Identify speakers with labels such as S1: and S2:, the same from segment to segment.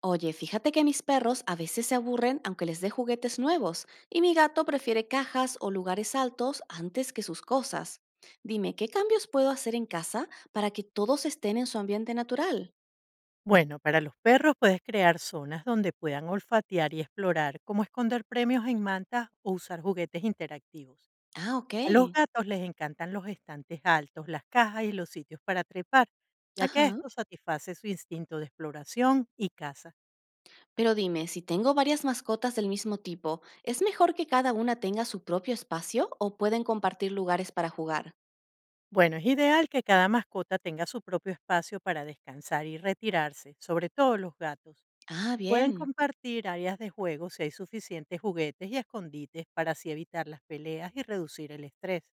S1: Oye, fíjate que mis perros a veces se aburren aunque les dé juguetes nuevos, y mi gato prefiere cajas o lugares altos antes que sus cosas. Dime, ¿qué cambios puedo hacer en casa para que todos estén en su ambiente natural?
S2: Bueno, para los perros puedes crear zonas donde puedan olfatear y explorar, como esconder premios en mantas o usar juguetes interactivos.
S1: Ah, ok.
S2: A los gatos les encantan los estantes altos, las cajas y los sitios para trepar, ya que
S1: Ajá.
S2: esto satisface su instinto de exploración y caza.
S1: Pero dime, si tengo varias mascotas del mismo tipo, ¿es mejor que cada una tenga su propio espacio o pueden compartir lugares para jugar?
S2: Bueno, es ideal que cada mascota tenga su propio espacio para descansar y retirarse, sobre todo los gatos.
S1: Ah,
S2: Pueden
S1: bien.
S2: compartir áreas de juego si hay suficientes juguetes y escondites para así evitar las peleas y reducir el estrés.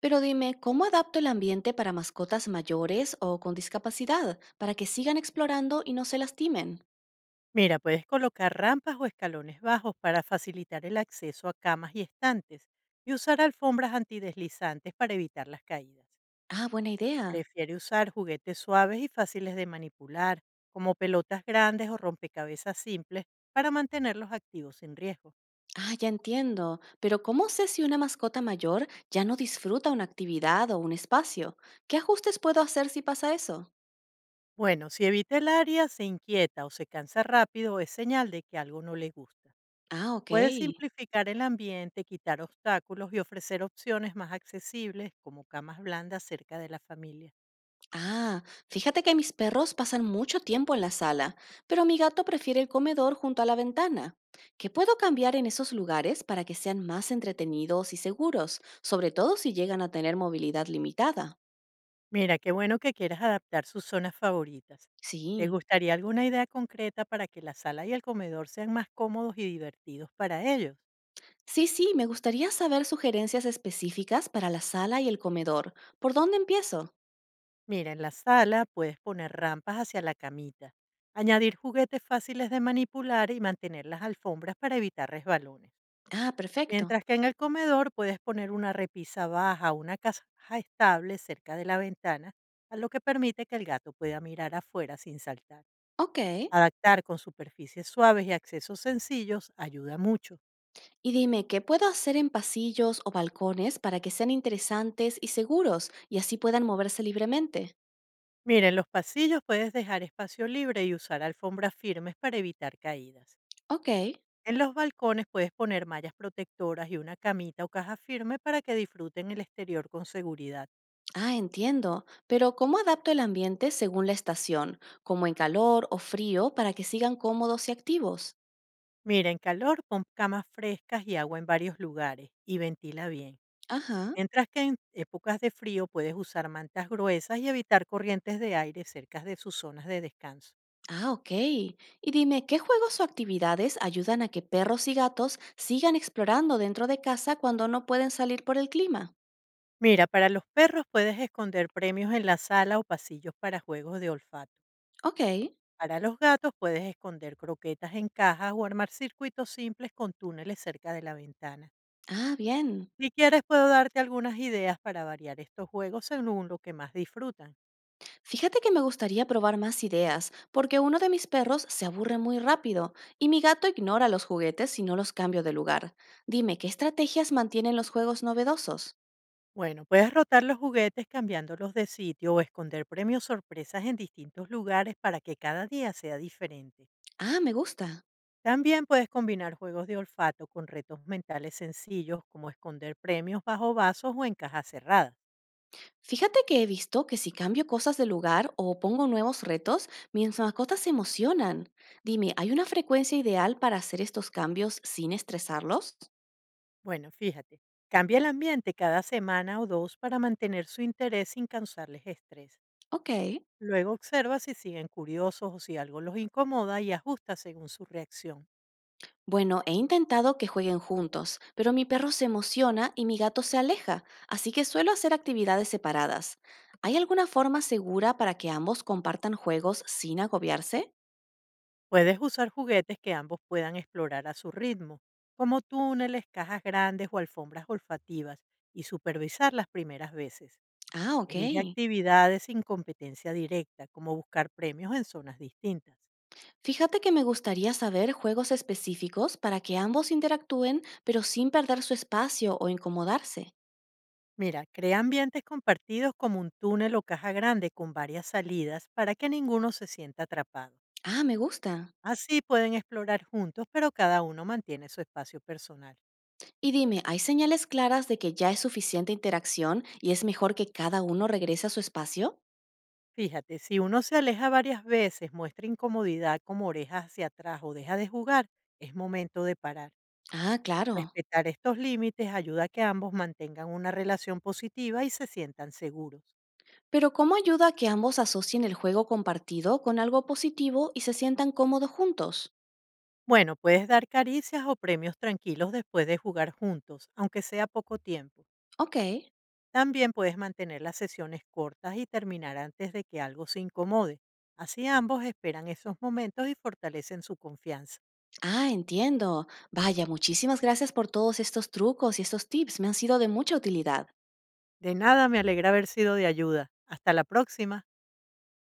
S1: Pero dime, ¿cómo adapto el ambiente para mascotas mayores o con discapacidad para que sigan explorando y no se lastimen?
S2: Mira, puedes colocar rampas o escalones bajos para facilitar el acceso a camas y estantes y usar alfombras antideslizantes para evitar las caídas.
S1: Ah, buena idea.
S2: Prefiere usar juguetes suaves y fáciles de manipular, como pelotas grandes o rompecabezas simples, para mantenerlos activos sin riesgo.
S1: Ah, ya entiendo. Pero ¿cómo sé si una mascota mayor ya no disfruta una actividad o un espacio? ¿Qué ajustes puedo hacer si pasa eso?
S2: Bueno, si evita el área, se inquieta o se cansa rápido, es señal de que algo no le gusta.
S1: Ah, ok.
S2: Puedes simplificar el ambiente, quitar obstáculos y ofrecer opciones más accesibles, como camas blandas cerca de la familia.
S1: Ah, fíjate que mis perros pasan mucho tiempo en la sala, pero mi gato prefiere el comedor junto a la ventana. ¿Qué puedo cambiar en esos lugares para que sean más entretenidos y seguros, sobre todo si llegan a tener movilidad limitada?
S2: Mira, qué bueno que quieras adaptar sus zonas favoritas. ¿Te
S1: Sí.
S2: gustaría alguna idea concreta para que la sala y el comedor sean más cómodos y divertidos para ellos?
S1: Sí, sí, me gustaría saber sugerencias específicas para la sala y el comedor. ¿Por dónde empiezo?
S2: Mira, en la sala puedes poner rampas hacia la camita, añadir juguetes fáciles de manipular y mantener las alfombras para evitar resbalones.
S1: Ah, perfecto.
S2: Mientras que en el comedor puedes poner una repisa baja una caja estable cerca de la ventana, a lo que permite que el gato pueda mirar afuera sin saltar.
S1: Ok.
S2: Adaptar con superficies suaves y accesos sencillos ayuda mucho.
S1: Y dime, ¿qué puedo hacer en pasillos o balcones para que sean interesantes y seguros y así puedan moverse libremente?
S2: Mira, en los pasillos puedes dejar espacio libre y usar alfombras firmes para evitar caídas.
S1: Ok.
S2: En los balcones puedes poner mallas protectoras y una camita o caja firme para que disfruten el exterior con seguridad.
S1: Ah, entiendo. Pero ¿cómo adapto el ambiente según la estación, como en calor o frío, para que sigan cómodos y activos?
S2: Mira, en calor pon camas frescas y agua en varios lugares y ventila bien.
S1: Ajá.
S2: Mientras que en épocas de frío puedes usar mantas gruesas y evitar corrientes de aire cerca de sus zonas de descanso.
S1: Ah, ok. Y dime, ¿qué juegos o actividades ayudan a que perros y gatos sigan explorando dentro de casa cuando no pueden salir por el clima?
S2: Mira, para los perros puedes esconder premios en la sala o pasillos para juegos de olfato.
S1: Ok.
S2: Para los gatos puedes esconder croquetas en cajas o armar circuitos simples con túneles cerca de la ventana.
S1: Ah, bien.
S2: Si quieres puedo darte algunas ideas para variar estos juegos según lo que más disfrutan.
S1: Fíjate que me gustaría probar más ideas, porque uno de mis perros se aburre muy rápido y mi gato ignora los juguetes si no los cambio de lugar. Dime, ¿qué estrategias mantienen los juegos novedosos?
S2: Bueno, puedes rotar los juguetes cambiándolos de sitio o esconder premios sorpresas en distintos lugares para que cada día sea diferente.
S1: Ah, me gusta.
S2: También puedes combinar juegos de olfato con retos mentales sencillos como esconder premios bajo vasos o en cajas cerradas.
S1: Fíjate que he visto que si cambio cosas de lugar o pongo nuevos retos, mis mascotas se emocionan. Dime, ¿hay una frecuencia ideal para hacer estos cambios sin estresarlos?
S2: Bueno, fíjate, cambia el ambiente cada semana o dos para mantener su interés sin causarles estrés.
S1: Ok.
S2: Luego observa si siguen curiosos o si algo los incomoda y ajusta según su reacción.
S1: Bueno, he intentado que jueguen juntos, pero mi perro se emociona y mi gato se aleja, así que suelo hacer actividades separadas. ¿Hay alguna forma segura para que ambos compartan juegos sin agobiarse?
S2: Puedes usar juguetes que ambos puedan explorar a su ritmo, como túneles, cajas grandes o alfombras olfativas, y supervisar las primeras veces.
S1: Ah, ok.
S2: Elige actividades sin competencia directa, como buscar premios en zonas distintas.
S1: Fíjate que me gustaría saber juegos específicos para que ambos interactúen, pero sin perder su espacio o incomodarse.
S2: Mira, crea ambientes compartidos como un túnel o caja grande con varias salidas para que ninguno se sienta atrapado.
S1: Ah, me gusta.
S2: Así pueden explorar juntos, pero cada uno mantiene su espacio personal.
S1: Y dime, ¿hay señales claras de que ya es suficiente interacción y es mejor que cada uno regrese a su espacio?
S2: Fíjate, si uno se aleja varias veces, muestra incomodidad como orejas hacia atrás o deja de jugar, es momento de parar.
S1: Ah, claro.
S2: Respetar estos límites ayuda a que ambos mantengan una relación positiva y se sientan seguros.
S1: Pero ¿cómo ayuda a que ambos asocien el juego compartido con algo positivo y se sientan cómodos juntos?
S2: Bueno, puedes dar caricias o premios tranquilos después de jugar juntos, aunque sea poco tiempo.
S1: Ok.
S2: También puedes mantener las sesiones cortas y terminar antes de que algo se incomode. Así ambos esperan esos momentos y fortalecen su confianza.
S1: Ah, entiendo. Vaya, muchísimas gracias por todos estos trucos y estos tips. Me han sido de mucha utilidad.
S2: De nada, me alegra haber sido de ayuda. Hasta la próxima.